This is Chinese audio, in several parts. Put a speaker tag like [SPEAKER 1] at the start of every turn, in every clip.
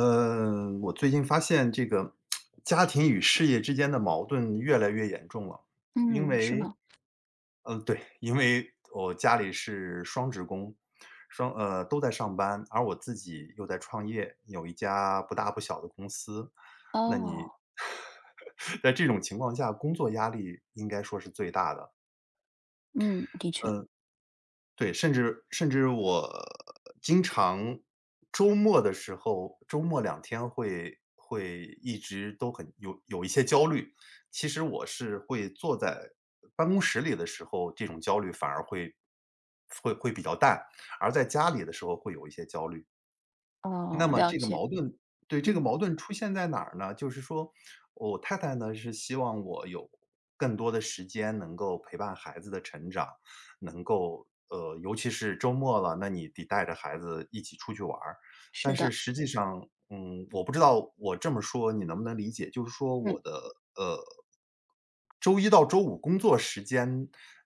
[SPEAKER 1] 我最近发现这个家庭与事业之间的矛盾越来越严重了。因
[SPEAKER 2] 嗯，是
[SPEAKER 1] 为，
[SPEAKER 2] 吗？
[SPEAKER 1] 对，因为我家里是双职工，双都在上班，而我自己又在创业，有一家不大不小的公司。那你
[SPEAKER 2] 哦，
[SPEAKER 1] 在这种情况下，工作压力应该说是最大的。
[SPEAKER 2] 嗯，的确，
[SPEAKER 1] 嗯。对，甚至我经常周末的时候，周末两天会一直都很有一些焦虑。其实我是会坐在办公室里的时候，这种焦虑反而会比较淡，而在家里的时候会有一些焦虑。那
[SPEAKER 2] 哦，
[SPEAKER 1] 么
[SPEAKER 2] 了
[SPEAKER 1] 这个
[SPEAKER 2] 解，
[SPEAKER 1] 矛盾对，这个
[SPEAKER 2] 嗯，
[SPEAKER 1] 矛盾出现在哪儿呢？就是说，我太太呢，是希望我有更多的时间能够陪伴孩子的成长，能够尤其是周末了，那你得带着孩子一起出去玩儿。但
[SPEAKER 2] 是
[SPEAKER 1] 是
[SPEAKER 2] 的，
[SPEAKER 1] 实际上，我不知道我这么说你能不能理解，就是说
[SPEAKER 2] 嗯
[SPEAKER 1] 我的呃，周一到周五工作时间，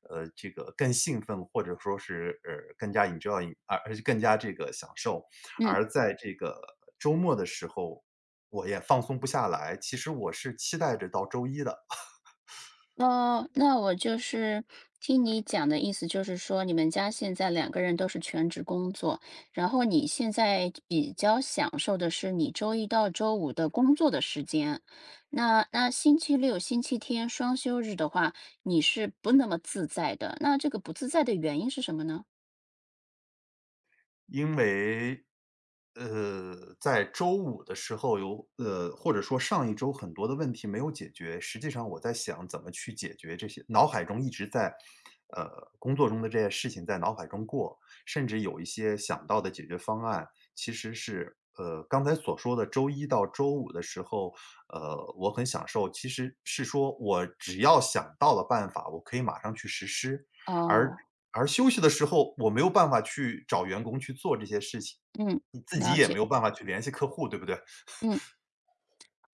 [SPEAKER 1] 这个更兴奋，或者说是更加 enjoy,而且更加这个享受。
[SPEAKER 2] 嗯，
[SPEAKER 1] 而在这个周末的时候，我也放松不下来，其实我是期待着到周一的。
[SPEAKER 2] 哦，那我就是听你讲的意思，就是说你们家现在两个人都是全职工作，然后你现在比较享受的是你周一到周五的工作的时间，那星期六、星期天双休日的话，你是不那么自在的，那这个不自在的原因是什么呢？
[SPEAKER 1] 因为，在周五的时候有或者说上一周很多的问题没有解决，实际上我在想怎么去解决这些，脑海中一直在，工作中的这些事情在脑海中过，甚至有一些想到的解决方案，其实是，刚才所说的周一到周五的时候，我很享受，其实是说我只要想到了办法，我可以马上去实施，而
[SPEAKER 2] 哦，
[SPEAKER 1] 而休息的时候，我没有办法去找员工去做这些事情，
[SPEAKER 2] 嗯，
[SPEAKER 1] 你自己
[SPEAKER 2] 了
[SPEAKER 1] 也没有
[SPEAKER 2] 解，
[SPEAKER 1] 办法去联系客户，对不对？
[SPEAKER 2] 嗯。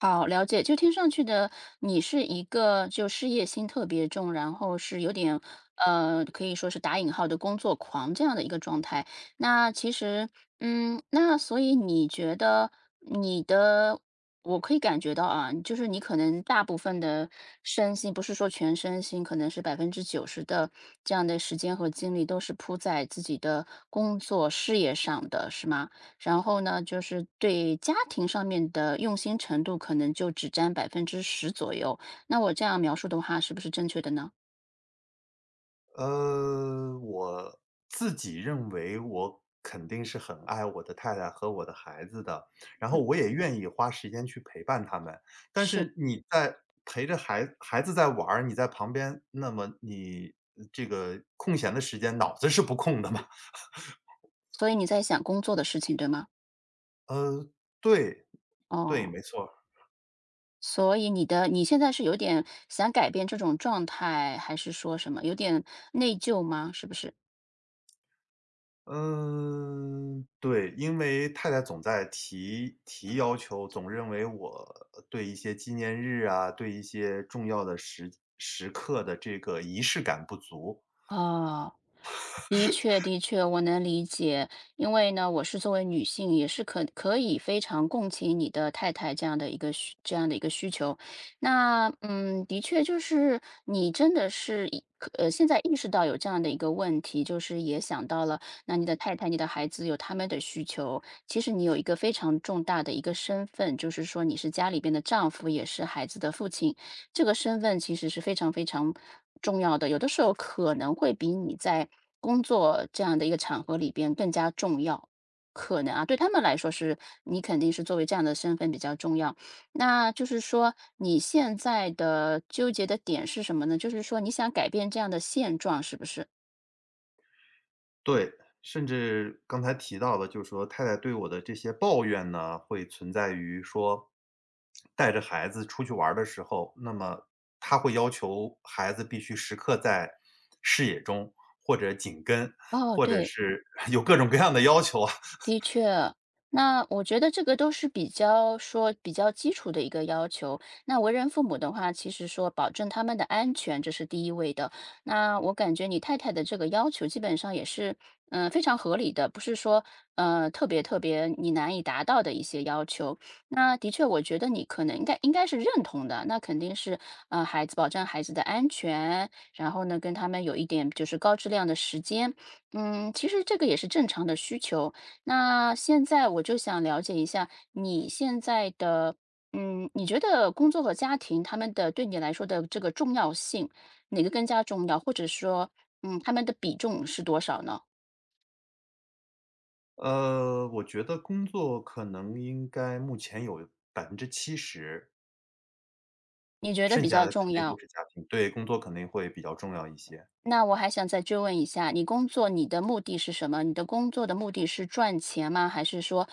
[SPEAKER 2] 好，了解。就听上去的，你是一个就事业心特别重，然后是有点可以说是打引号的工作狂这样的一个状态。那其实，那所以你觉得你的，我可以感觉到啊，就是你可能大部分的身心，不是说全身心，可能是90%的这样的时间和精力都是扑在自己的工作事业上的，是吗？然后呢，就是对家庭上面的用心程度，可能就只占10%左右。那我这样描述的话，是不是正确的呢？
[SPEAKER 1] 我自己认为我肯定是很爱我的太太和我的孩子的，然后我也愿意花时间去陪伴他们。但
[SPEAKER 2] 是，
[SPEAKER 1] 是你在陪着孩子在玩儿，你在旁边，那么你这个空闲的时间，脑子是不空的嘛。
[SPEAKER 2] 所以你在想工作的事情，对吗？
[SPEAKER 1] 呃，对，对，
[SPEAKER 2] 哦，
[SPEAKER 1] 没错。
[SPEAKER 2] 所以你现在是有点想改变这种状态，还是说什么有点内疚吗？是不是？
[SPEAKER 1] 嗯，对，因为太太总在提要求，总认为我对一些纪念日啊，对一些重要的时刻的这个仪式感不足。
[SPEAKER 2] 哦。的确，的确，我能理解，因为呢，我是作为女性，也是可以非常共情你的太太这样的一个需求。那的确就是你真的是现在意识到有这样的一个问题，就是也想到了，那你的太太、你的孩子有他们的需求，其实你有一个非常重大的一个身份，就是说你是家里边的丈夫，也是孩子的父亲。这个身份其实是非常非常重要的，有的时候可能会比你在工作这样的一个场合里边更加重要。可能啊，对他们来说是你肯定是作为这样的身份比较重要。那就是说你现在的纠结的点是什么呢？就是说你想改变这样的现状，是不是？
[SPEAKER 1] 对，甚至刚才提到的，就是说太太对我的这些抱怨呢，会存在于说，带着孩子出去玩儿的时候，那么她会要求孩子必须时刻在视野中，或者紧跟，
[SPEAKER 2] 哦，
[SPEAKER 1] 或者
[SPEAKER 2] 对。
[SPEAKER 1] 是 有各种各样的要求啊。
[SPEAKER 2] 的确，那我觉得这个都是比较说比较基础的一个要求。那为人父母的话，其实说保证他们的安全，这是第一位的。那我感觉你太太的这个要求基本上也是，非常合理的，不是说特别特别你难以达到的一些要求。那的确，我觉得你可能应该是认同的。那肯定是孩子保障孩子的安全，然后呢跟他们有一点就是高质量的时间。嗯，其实这个也是正常的需求。那现在我就想了解一下你现在的，你觉得工作和家庭他们的对你来说的这个重要性，哪个更加重要？或者说，他们的比重是多少呢？
[SPEAKER 1] 我觉得工作可能应该目前有70%，
[SPEAKER 2] 你觉得
[SPEAKER 1] 剩
[SPEAKER 2] 比
[SPEAKER 1] 下
[SPEAKER 2] 较
[SPEAKER 1] 的
[SPEAKER 2] 重
[SPEAKER 1] 肯定都
[SPEAKER 2] 要？
[SPEAKER 1] 是家庭对，工作肯定会比较重要一些。
[SPEAKER 2] 那我还想再追问一下，你工作你的目的是什么？你的工作的目的是赚钱吗？还是说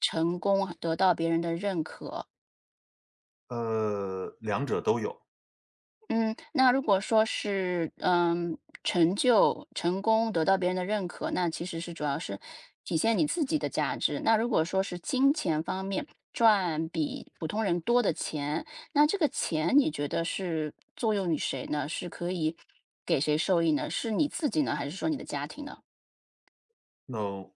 [SPEAKER 2] 成功，得到别人的认可？
[SPEAKER 1] 两者都有。
[SPEAKER 2] 嗯，那如果说是，成就、成功得到别人的认可，那其实是主要是体现你自己的价值。那如果说是金钱方面，赚比普通人多的钱，那这个钱你觉得是作用于谁呢？是可以给谁受益呢？是你自己呢，还是说你的家庭呢？
[SPEAKER 1] 那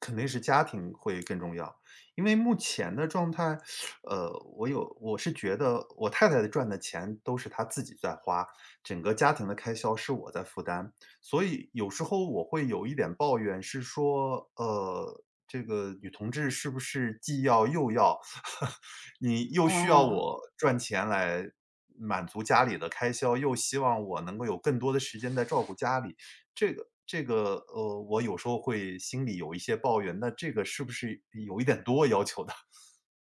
[SPEAKER 1] 肯定是家庭会更重要。因为目前的状态，呃，我是觉得我太太赚的钱都是她自己在花，整个家庭的开销是我在负担。所以有时候我会有一点抱怨，是说，这个女同志是不是既要又要，你又需要
[SPEAKER 2] 哦，
[SPEAKER 1] 我赚钱来满足家里的开销，又希望我能够有更多的时间在照顾家里。我有时候会心里有一些抱怨，那这个是不是有一点多要求呢？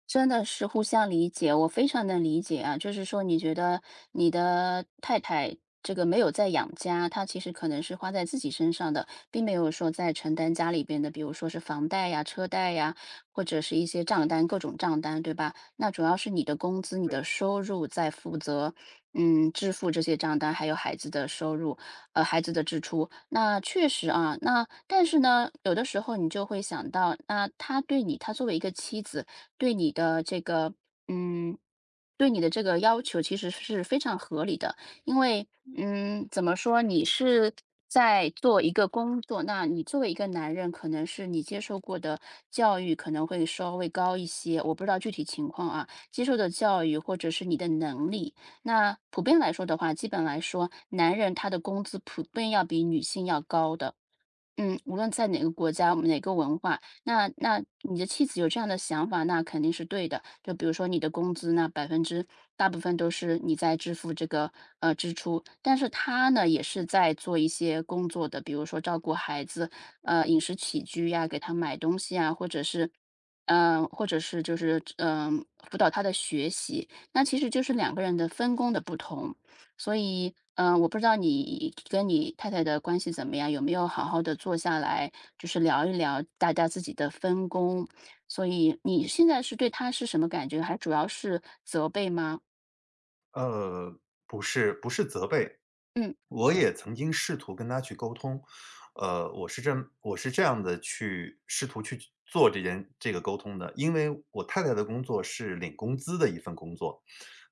[SPEAKER 2] 真的是互相理解，我非常能理解啊。就是说，你觉得你的太太这个没有在养家，她其实可能是花在自己身上的，并没有说在承担家里边的，比如说是房贷呀、车贷呀，或者是一些账单、各种账单，对吧？那主要是你的工资、你的收入在负责，支付这些账单，还有孩子的收入，孩子的支出。那确实啊，那但是呢，有的时候你就会想到，那他对你，他作为一个妻子。对你的这个，嗯，对你的这个要求其实是非常合理的。因为，怎么说，你是在做一个工作，那你作为一个男人，可能是你接受过的教育可能会稍微高一些，我不知道具体情况啊，接受的教育或者是你的能力。那普遍来说的话，基本来说，男人他的工资普遍要比女性要高的。无论在哪个国家，哪个文化，那你的妻子有这样的想法，那肯定是对的。就比如说你的工资，那百分之大部分都是你在支付这个支出，但是他呢也是在做一些工作的，比如说照顾孩子，饮食起居呀，给他买东西啊，或者是辅导他的学习。那其实就是两个人的分工的不同。所以，我不知道你跟你太太的关系怎么样，有没有好好的坐下来，就是聊一聊大家自己的分工。所以你现在是对她是什么感觉？还主要是责备吗？
[SPEAKER 1] 呃，不是责备，
[SPEAKER 2] 嗯，
[SPEAKER 1] 我也曾经试图跟他去沟通，呃，我是这我是这样的去试图去做这件这个沟通的，因为我太太的工作是领工资的一份工作，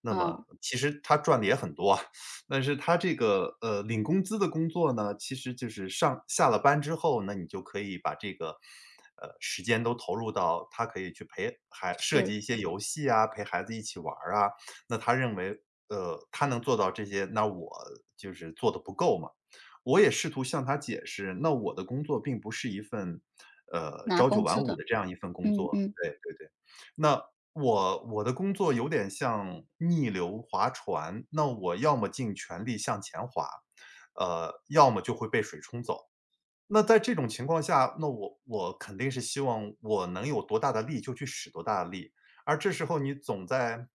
[SPEAKER 1] 那
[SPEAKER 2] 哦，
[SPEAKER 1] 么其实她赚的也很多啊，但是她这个领工资的工作呢，其实就是上下了班之后呢，你就可以把这个。时间都投入到她可以去陪孩设
[SPEAKER 2] 是
[SPEAKER 1] 计一些游戏啊，陪孩子一起玩儿啊，那他认为，他能做到这些，那我就是做的不够嘛。我也试图向他解释，那我的工作并不是一份，
[SPEAKER 2] 拿
[SPEAKER 1] 朝九
[SPEAKER 2] 工资
[SPEAKER 1] 晚五
[SPEAKER 2] 的，
[SPEAKER 1] 的这样一份工
[SPEAKER 2] 嗯
[SPEAKER 1] 作，
[SPEAKER 2] 嗯。
[SPEAKER 1] 对对对。那我的工作有点像逆流划船，那我要么尽全力向前划，要么就会被水冲走。那在这种情况下，那我肯定是希望我能有多大的力就去使多大的力，而这时候你总在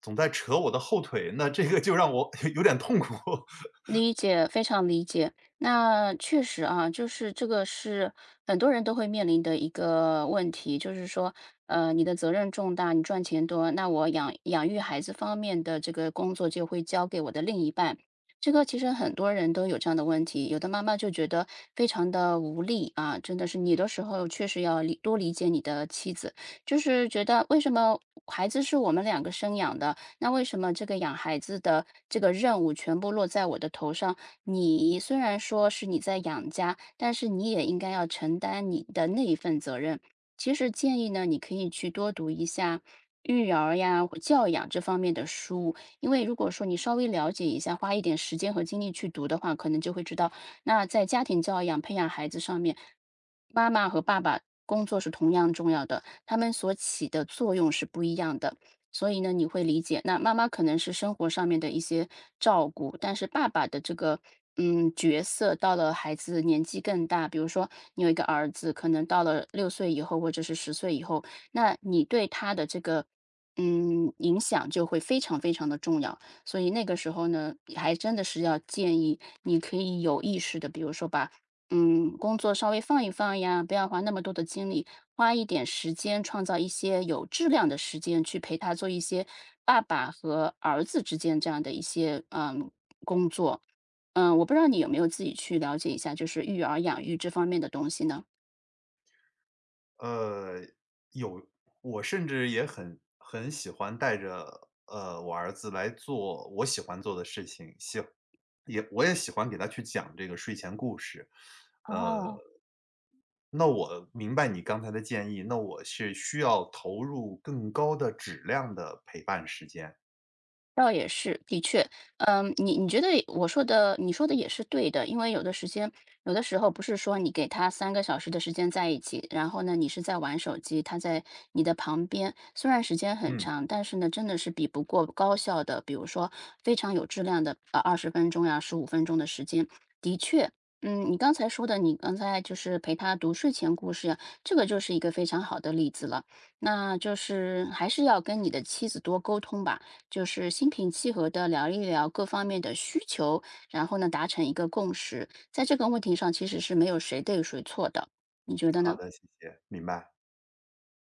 [SPEAKER 1] 总在扯我的后腿，那这个就让我 有点痛苦。
[SPEAKER 2] 理解，非常理解。那确实啊，就是这个是很多人都会面临的一个问题，就是说，你的责任重大，你赚钱多，那我养育孩子方面的这个工作就会交给我的另一半。这个其实很多人都有这样的问题，有的妈妈就觉得非常的无力啊，真的是你的时候确实要多理解你的妻子，就是觉得为什么孩子是我们两个生养的，那为什么这个养孩子的这个任务全部落在我的头上？你虽然说是你在养家，但是你也应该要承担你的那一份责任。其实建议呢，你可以去多读一下育儿呀、或教养这方面的书，因为如果说你稍微了解一下，花一点时间和精力去读的话，可能就会知道，那在家庭教养、培养孩子上面，妈妈和爸爸工作是同样重要的，他们所起的作用是不一样的。所以呢，你会理解，那妈妈可能是生活上面的一些照顾，但是爸爸的这个角色到了孩子年纪更大，比如说你有一个儿子，可能到了6岁以后或者是10岁以后，那你对他的这个影响就会非常非常的重要。所以那个时候呢，还真的是要建议你可以有意识的，比如说把工作稍微放一放呀，不要花那么多的精力，花一点时间创造一些有质量的时间，去陪他做一些爸爸和儿子之间这样的一些工作。嗯，我不知道你有没有自己去了解一下，就是育儿养育这方面的东西呢？
[SPEAKER 1] 呃，有我甚至也很喜欢带着，我儿子来做我喜欢做的事情，我也喜欢给他去讲这个睡前故事，呃
[SPEAKER 2] 哦，
[SPEAKER 1] 那我明白你刚才的建议，那我是需要投入更高的质量的陪伴时间。
[SPEAKER 2] 倒也是，的确，嗯，你觉得我说的，你说的也是对的，因为有的时间，有的时候不是说你给他3个小时的时间在一起，然后呢，你是在玩手机，他在你的旁边，虽然时间很
[SPEAKER 1] 嗯，
[SPEAKER 2] 长，但是呢，真的是比不过高效的，比如说非常有质量的，20分钟呀，15分钟的时间，的确。嗯，你刚才说的，你刚才就是陪他读睡前故事呀，这个就是一个非常好的例子了。那就是还是要跟你的妻子多沟通吧，就是心平气和的聊一聊各方面的需求，然后呢，达成一个共识。在这个问题上，其实是没有谁对谁错的，你觉得
[SPEAKER 1] 好
[SPEAKER 2] 呢？
[SPEAKER 1] 的，谢谢，明白。